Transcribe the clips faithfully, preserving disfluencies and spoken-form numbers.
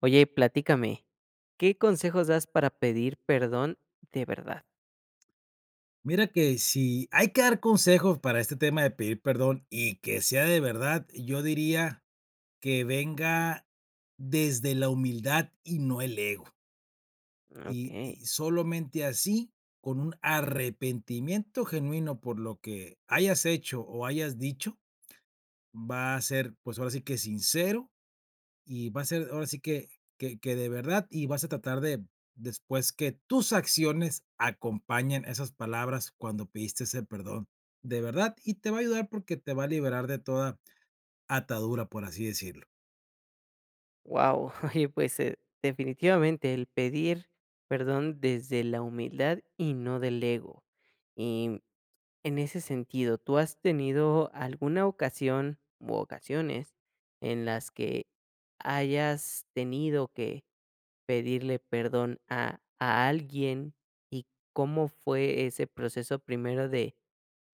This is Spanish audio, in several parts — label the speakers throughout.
Speaker 1: Oye, platícame, ¿qué consejos das para pedir perdón de verdad?
Speaker 2: Mira que si hay que dar consejos para este tema de pedir perdón y que sea de verdad, yo diría que venga desde la humildad y no el ego. Y,
Speaker 1: Okey,
Speaker 2: y solamente así, con un arrepentimiento genuino por lo que hayas hecho o hayas dicho, va a ser, pues ahora sí que sincero y va a ser ahora sí que que que de verdad, y vas a tratar de después que tus acciones acompañen esas palabras cuando pediste ese perdón de verdad, y te va a ayudar porque te va a liberar de toda atadura, por así decirlo.
Speaker 1: wow. Oye, pues, eh, definitivamente el pedir perdón desde la humildad y no del ego. Y en ese sentido, ¿tú has tenido alguna ocasión u ocasiones en las que hayas tenido que pedirle perdón a a alguien? ¿Y cómo fue ese proceso primero de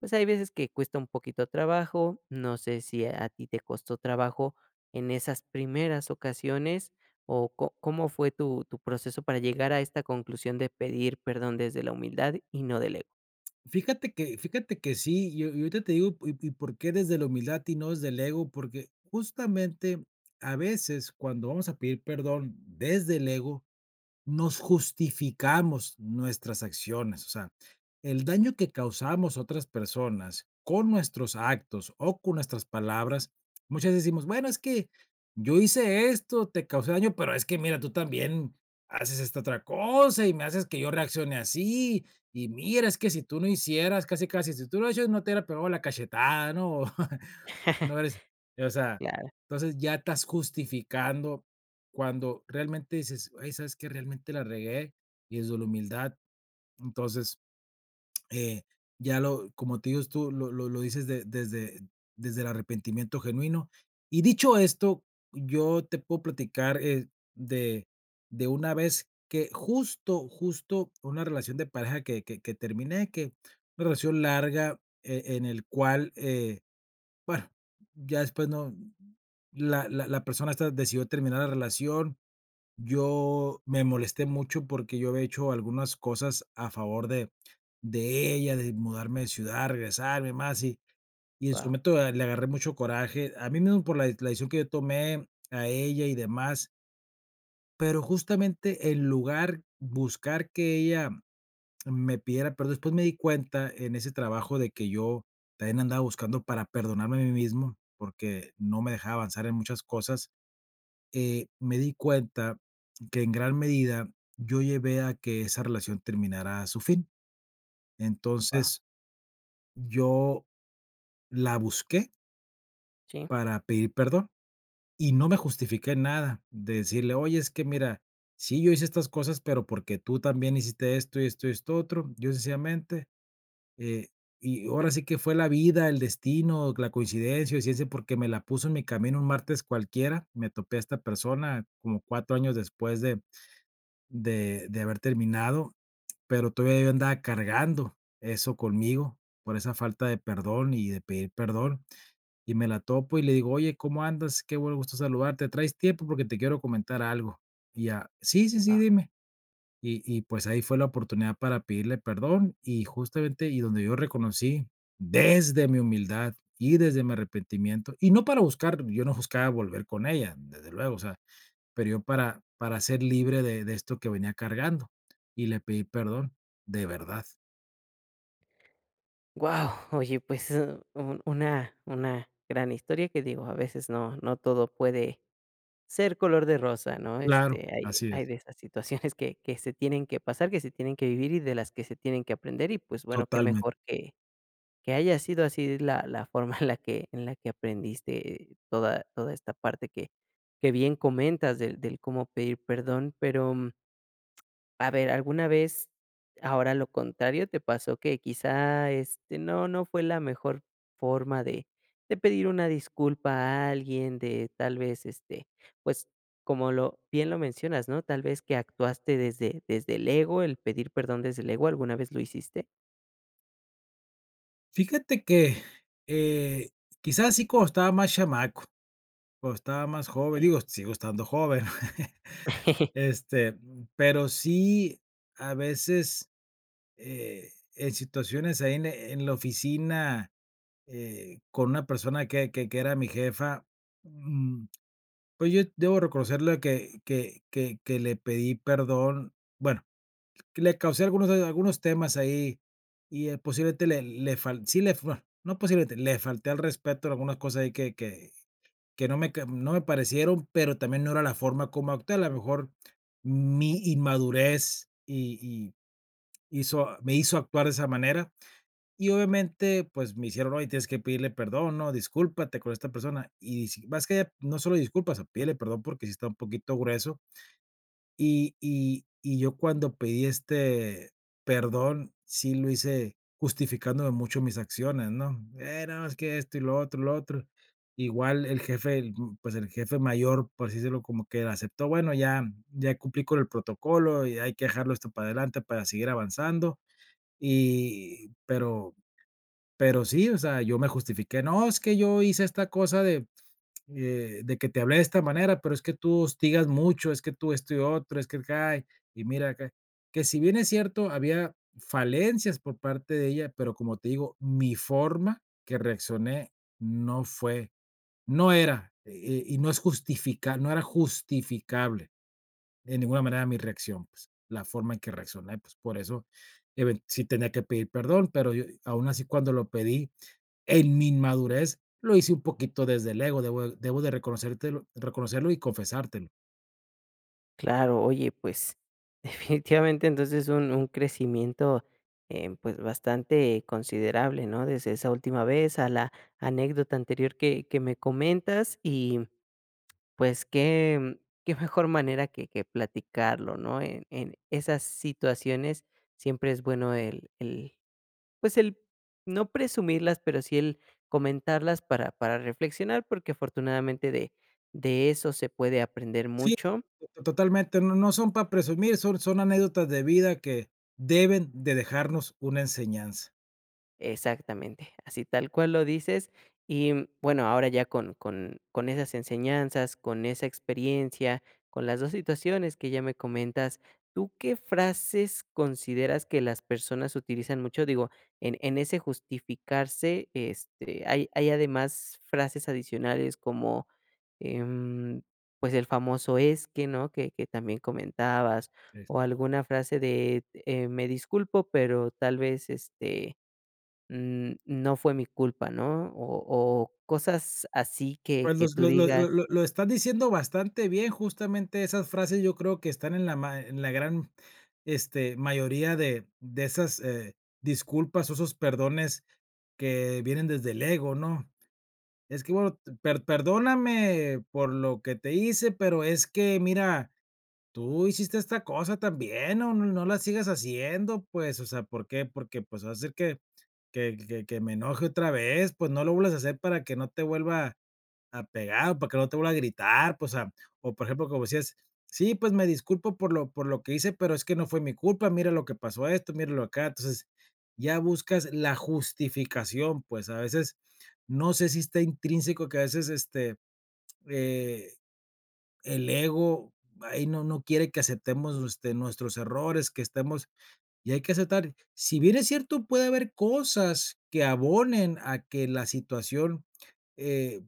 Speaker 1: pues hay veces que cuesta un poquito trabajo? No sé si a ti te costó trabajo en esas primeras ocasiones o co- cómo fue tu, tu proceso para llegar a esta conclusión de pedir perdón desde la humildad y no del ego.
Speaker 2: Fíjate que fíjate que sí, yo yo ahorita te digo, y y por qué desde la humildad y no desde el ego, porque justamente a veces cuando vamos a pedir perdón desde el ego, nos justificamos nuestras acciones. O sea, el daño que causamos a otras personas con nuestros actos o con nuestras palabras, muchas veces decimos, bueno, es que yo hice esto, te causé daño, pero es que mira, tú también haces esta otra cosa y me haces que yo reaccione así. Y mira, es que si tú no hicieras, casi, casi, si tú no hicieras, no te hubiera pegado la cachetada, ¿no? No eres eh, o sea,
Speaker 1: Claro,
Speaker 2: entonces ya estás justificando cuando realmente dices: "Ay, ¿sabes qué? Realmente la regué", y desde la humildad, entonces, eh, ya lo como te digo tú, lo lo lo dices de desde desde el arrepentimiento genuino. Y dicho esto, yo te puedo platicar, eh, de de una vez que justo, justo una relación de pareja que que que terminé, que una relación larga, eh, en el cual, eh bueno, ya después no la la la persona esta decidió terminar la relación. Yo me molesté mucho porque yo había hecho algunas cosas a favor de de ella, de mudarme de ciudad, regresarme, más, y y en su
Speaker 1: wow,
Speaker 2: momento eh, le agarré mucho coraje a mí mismo por la la decisión que yo tomé, a ella y demás, pero justamente en lugar buscar que ella me pidiera perdón. Después me di cuenta en ese trabajo de que yo también andaba buscando para perdonarme a mí mismo, porque no me dejaba avanzar en muchas cosas. Eh, me di cuenta que en gran medida yo llevé a que esa relación terminara a su fin.
Speaker 1: wow,
Speaker 2: Entonces yo la busqué
Speaker 1: sí,
Speaker 2: para pedir perdón y no me justifiqué nada de decirle, oye, es que mira, sí, yo hice estas cosas, pero porque tú también hiciste esto y esto y esto otro. Yo sencillamente. Eh, y ahora sí que fue la vida, el destino, la coincidencia, o ciencia, porque me la puso en mi camino un martes cualquiera. Me topé a esta persona como cuatro años después de, de, de haber terminado, pero todavía yo andaba cargando eso conmigo por esa falta de perdón y de pedir perdón. Y me la topo y le digo, oye, ¿cómo andas? Qué buen gusto saludarte. ¿Traes tiempo? Porque te quiero comentar algo. Y ya, sí, sí, sí,
Speaker 1: wow.
Speaker 2: dime. Y y, pues, ahí fue la oportunidad para pedirle perdón, y justamente, y donde yo reconocí desde mi humildad y desde mi arrepentimiento, y no para buscar, yo no buscaba volver con ella, desde luego, o sea, pero yo para para ser libre de de esto que venía cargando, y le pedí perdón, de verdad.
Speaker 1: Wow, oye, pues eh, un- una, una gran historia que digo, a veces no, no todo puede ser color de rosa, ¿no?
Speaker 2: Claro,
Speaker 1: Este, hay
Speaker 2: así
Speaker 1: hay
Speaker 2: es,
Speaker 1: de esas situaciones que que se tienen que pasar, que se tienen que vivir y de las que se tienen que aprender y, pues, bueno, qué
Speaker 2: totalmente.
Speaker 1: mejor que que haya sido así la la forma en la que en la que aprendiste toda toda esta parte que que bien comentas del del cómo pedir perdón. Pero a ver, ¿alguna vez, ahora lo contrario, te pasó que quizá, este, no, no fue la mejor forma de de pedir una disculpa a alguien? De tal vez, este, pues, como lo bien lo mencionas, ¿no? Tal vez que actuaste desde desde el ego, el pedir perdón desde el ego, ¿alguna vez lo hiciste?
Speaker 2: Fíjate que, eh, quizás sí cuando estaba más chamaco, cuando estaba más joven,
Speaker 1: Ok.
Speaker 2: digo, sigo estando joven. Este, pero sí, a veces, eh, en situaciones ahí en la en la oficina, eh, con una persona que que que era mi jefa, mm, pues yo debo reconocerle que que que que le pedí perdón, bueno, que le causé algunos algunos temas ahí y, eh, posiblemente le le fal sí le bueno, no posiblemente, le falté al respeto en algunas cosas ahí que que que no me ca no me parecieron, pero también no era la forma como actué. A lo mejor mi inmadurez y y hizo me hizo actuar de esa manera. Y obviamente, pues, me hicieron: "Oye, tienes que pedirle perdón, ¿no? Discúlpate con esta persona". Y si más que no solo disculpas, o pídele perdón porque si está un poquito grueso, y y y yo cuando pedí, este, perdón, sí lo hice justificándome mucho mis acciones, ¿no? Eh, no, es que esto y lo otro, lo otro. Igual el jefe, el, mm, pues, el jefe mayor, por así decirlo, como que aceptó, bueno, ya ya cumplí con el protocolo y hay que dejarlo esto para adelante para seguir avanzando. Y pero pero sí, o sea, yo me justifiqué, no, es que yo hice esta cosa de eh, de que te hablé de esta manera, pero es que tú hostigas mucho, es que tú esto y otro, es que cae y mira acá. Que si bien es cierto, había falencias por parte de ella, pero como te digo, mi forma que reaccioné no fue, no era, eh, y no es justifica, no era justificable de ninguna manera mi reacción, pues, la forma en que reaccioné, pues por eso, even- sí tenía que pedir perdón, pero yo, aún así cuando lo pedí, en mi inmadurez lo hice un poquito desde el ego, debo debo de reconocértelo reconocerlo y confesártelo.
Speaker 1: Claro, oye, pues definitivamente entonces un, un crecimiento eh, pues bastante considerable, ¿no? Desde esa última vez a la anécdota anterior que, que me comentas. Y pues qué, qué mejor manera que, que platicarlo, ¿no? En, en esas situaciones siempre es bueno el, el, pues el no presumirlas, pero sí el comentarlas para, para reflexionar, porque afortunadamente de, de eso se puede aprender
Speaker 2: Sí,
Speaker 1: mucho.
Speaker 2: to totalmente, no no son para presumir, son son anécdotas de vida que deben de dejarnos una enseñanza.
Speaker 1: Exactamente, así tal cual lo dices. Y mm, bueno, ahora ya con, con, con esas enseñanzas, con esa experiencia, con las dos situaciones que ya me comentas, ¿tú qué frases consideras que las personas utilizan mucho? Digo, en, en ese justificarse, este, hay, hay además frases adicionales como, em, pues el famoso es que, ¿no? Que, que también comentabas,
Speaker 2: Sí.
Speaker 1: o alguna frase de eh, me disculpo, pero tal vez este mm, no fue mi culpa, ¿no? O o cosas así que
Speaker 2: Pues,
Speaker 1: que
Speaker 2: los
Speaker 1: tú
Speaker 2: lo lo
Speaker 1: digas
Speaker 2: lo lo lo estás diciendo bastante bien, justamente esas frases yo creo que están en la ma en la gran, este, mayoría de de esas, eh, disculpas o esos perdones que vienen desde el ego, ¿no? Es que bueno, t- per perdóname por lo que te hice, pero es que mira, tú hiciste esta cosa también, no no no la sigas haciendo, pues, o sea, ¿por qué? Porque, pues, va a hacer que que que que me enoje otra vez, pues, no lo vuelvas a hacer para que no te vuelva. Apegado, para que no te vuelva a gritar, pues, ah, o, por ejemplo, como decías: "Sí, pues, me disculpo por lo por lo que hice, pero es que no fue mi culpa, mira lo que pasó esto, mira lo acá". Entonces, ya buscas la justificación, pues, a veces, no sé si está intrínseco que a veces, este, eh, el ego ahí no no quiere que aceptemos, este, nuestros errores, que estemos y hay que aceptar. Si bien es cierto, puede haber cosas que abonen a que la situación, eh,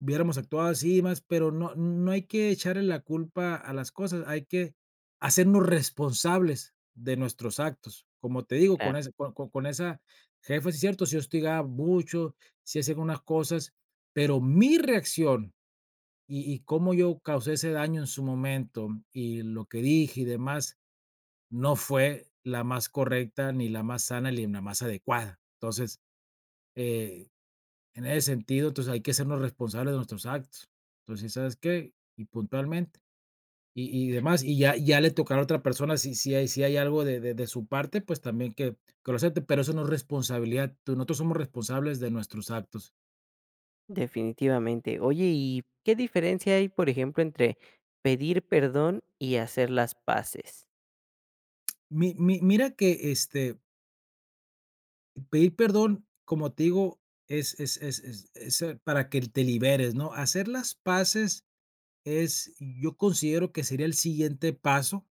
Speaker 2: hubiéramos actuado así y más, pero no no hay que echarle la culpa a las cosas, hay que hacernos responsables de nuestros actos. Como te digo, con
Speaker 1: claro,
Speaker 2: esa con con con esa jefa, sí es cierto, si hostigaba mucho, si hacía algunas cosas, pero mi reacción y y cómo yo causé ese daño en su momento, y lo que dije y demás, no fue la más correcta, ni la más sana, ni la más adecuada. Entonces, eh, en ese sentido, entonces hay que sernos responsables de nuestros actos. Entonces, ¿sabes qué? Y puntualmente, y y demás, y ya ya le tocará a otra persona, si si hay si hay algo de de de su parte, pues también que que lo acepte, pero eso no es responsabilidad, tú nosotros somos responsables de nuestros actos.
Speaker 1: definitivamente. Oye, ¿y qué diferencia hay, por ejemplo, entre pedir perdón y hacer las paces?
Speaker 2: Mi mi mira que, este, pedir perdón, como te digo, es es es es es, eh, para que te liberes, ¿no? Hacer las paces es yo considero que sería el siguiente paso,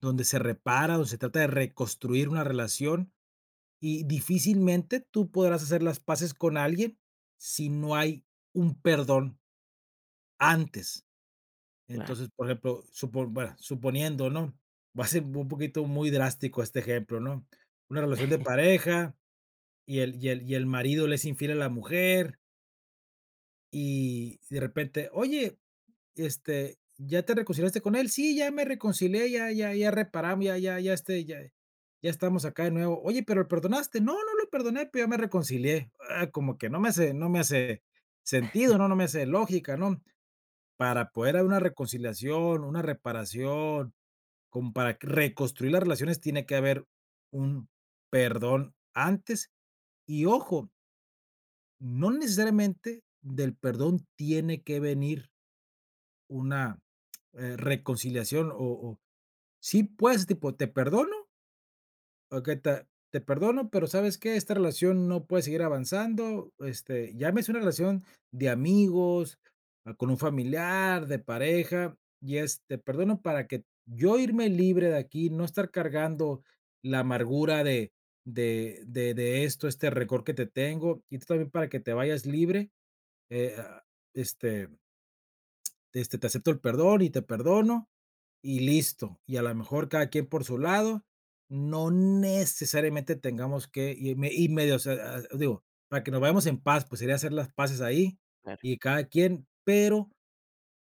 Speaker 2: donde se repara, donde se trata de reconstruir una relación, y difícilmente tú podrás hacer las paces con alguien si no hay un perdón antes.
Speaker 1: Claro.
Speaker 2: Entonces, por ejemplo, supo bueno, suponiendo, ¿no? Va a ser un poquito muy drástico este ejemplo, ¿no? Una relación de pareja y el y el y el marido le es infiel a la mujer y de repente: "Oye, este, ¿ya te reconciliaste con él? Sí, ya me reconcilié, ya ya ya reparamos, ya ya ya, este, ya ya estamos acá de nuevo. Oye, pero, ¿lo perdonaste? No, no lo perdoné, pero ya me reconcilié. Ah, como que no me hace no me hace sentido, ¿no? No me hace lógica, ¿no? Para poder haber una reconciliación, una reparación, como para que- reconstruir las relaciones, tiene que haber un perdón antes. Y ojo, no necesariamente del perdón tiene que venir una, eh, reconciliación o o sí, pues, tipo, te perdono, okey, te te perdono, pero ¿sabes qué? Esta relación no puede seguir avanzando, este, llámese una relación de amigos, ah, con un familiar, de pareja, y es, te perdono para que yo irme libre de aquí, no estar cargando la amargura de de de de esto, este rencor que te tengo, y tú también para que te vayas libre, eh, ah, este este, te acepto el perdón y te perdono, y listo. Y a lo mejor cada quien por su lado, no necesariamente tengamos que, y, me- y medio, o sea, ah, digo, para que nos vayamos en paz, pues sería hacer las paces ahí y cada quien, pero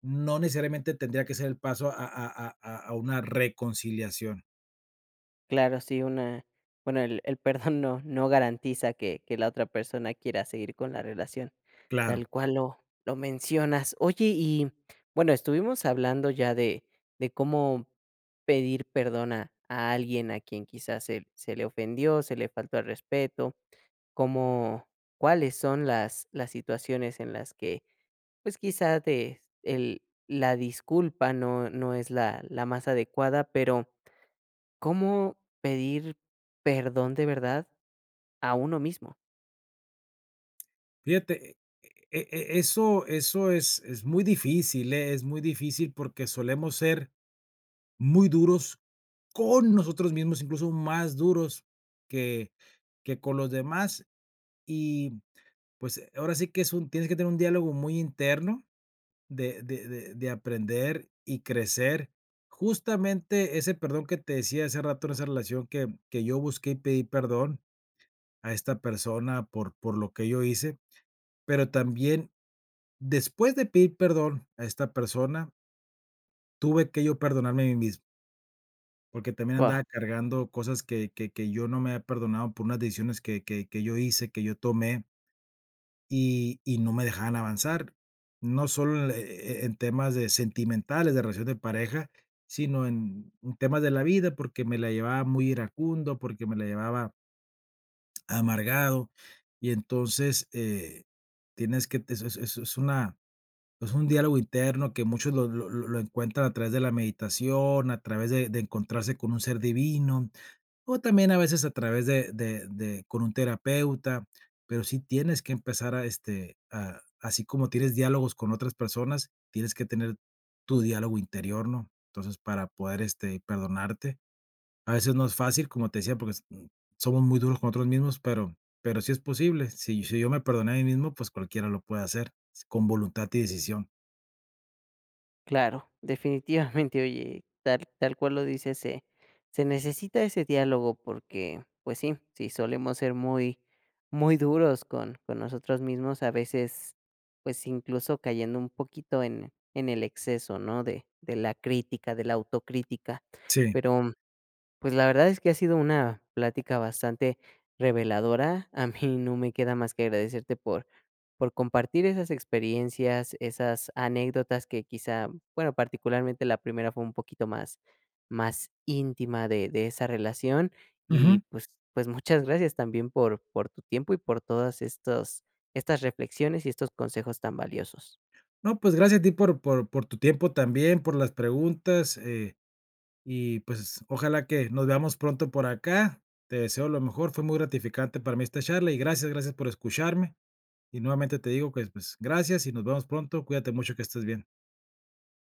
Speaker 2: no necesariamente tendría que ser el paso a, a- a- a- a una reconciliación.
Speaker 1: Claro, sí, una bueno, el el perdón no no garantiza que que la otra persona quiera seguir con la relación, tal
Speaker 2: Claro,
Speaker 1: cual lo lo mencionas. Oye, y bueno, estuvimos hablando ya de de cómo pedir perdón a a alguien a quien quizás se se le ofendió, se le faltó al respeto, cómo cuáles son las las situaciones en las que, pues, quizás te el la disculpa no no es la la más adecuada, pero ¿cómo pedir perdón de verdad a uno mismo?
Speaker 2: fíjate, e- e- e- eso, eso es, es muy difícil, ¿eh? Es muy difícil porque solemos ser muy duros con nosotros mismos, incluso más duros que, que con los demás. Y, pues, eh, ahora sí que es un tienes que tener un diálogo muy interno de de de de aprender y crecer. Justamente ese perdón que te decía hace rato en esa relación que que yo busqué y pedí perdón a esta persona por por lo que yo hice, pero también después de pedir perdón a esta persona, tuve que yo perdonarme a mí mismo, porque también
Speaker 1: Guau.
Speaker 2: andaba
Speaker 1: Eh,
Speaker 2: cargando cosas que que que yo no me había perdonado por unas decisiones que que que yo hice, que yo tomé, y y no me dejaban avanzar. No solo, en, eh, en temas de sentimentales, de relación de pareja, sino en en temas de la vida, porque me la llevaba muy iracundo, porque me la llevaba amargado. Y entonces, eh, tienes que es es es es una es un diálogo interno que muchos lo lo lo lo encuentran a través de la meditación, a través de de encontrarse con un ser divino. O también a veces a través de de de con un terapeuta, pero sí tienes que empezar a, este, a así como tienes diálogos con otras personas, tienes que tener tu diálogo interior, ¿no? Entonces, para poder, este, perdonarte. A veces no es fácil, como te decía, porque s mm, somos muy duros con nosotros mismos, pero pero sí es posible. Si si yo me perdoné a mí mismo, pues cualquiera lo puede hacer, con voluntad y decisión.
Speaker 1: claro, definitivamente, oye, tal tal cual lo dices, se se necesita ese diálogo porque, pues sí, sí solemos ser muy muy duros con con nosotros mismos, a veces, pues, incluso cayendo un poquito en en el exceso, ¿no?, de de la crítica, de la autocrítica,
Speaker 2: Sí.
Speaker 1: pero pues la verdad es que ha sido una plática bastante reveladora. A mí no me queda más que agradecerte por, por compartir esas experiencias, esas anécdotas que quizá, bueno, particularmente la primera fue un poquito más, más íntima de, de esa relación. Y
Speaker 2: Ujú.
Speaker 1: pues, pues muchas gracias también por, por tu tiempo y por todas estos, estas reflexiones y estos consejos tan valiosos.
Speaker 2: No, pues gracias a ti por por por tu tiempo también, por las preguntas. eh, Y pues ojalá que nos veamos pronto por acá. Te deseo lo mejor. Fue muy gratificante para mí esta charla y gracias, gracias por escucharme. Y nuevamente te digo que pues gracias y nos vemos pronto. Cuídate mucho, que estés bien.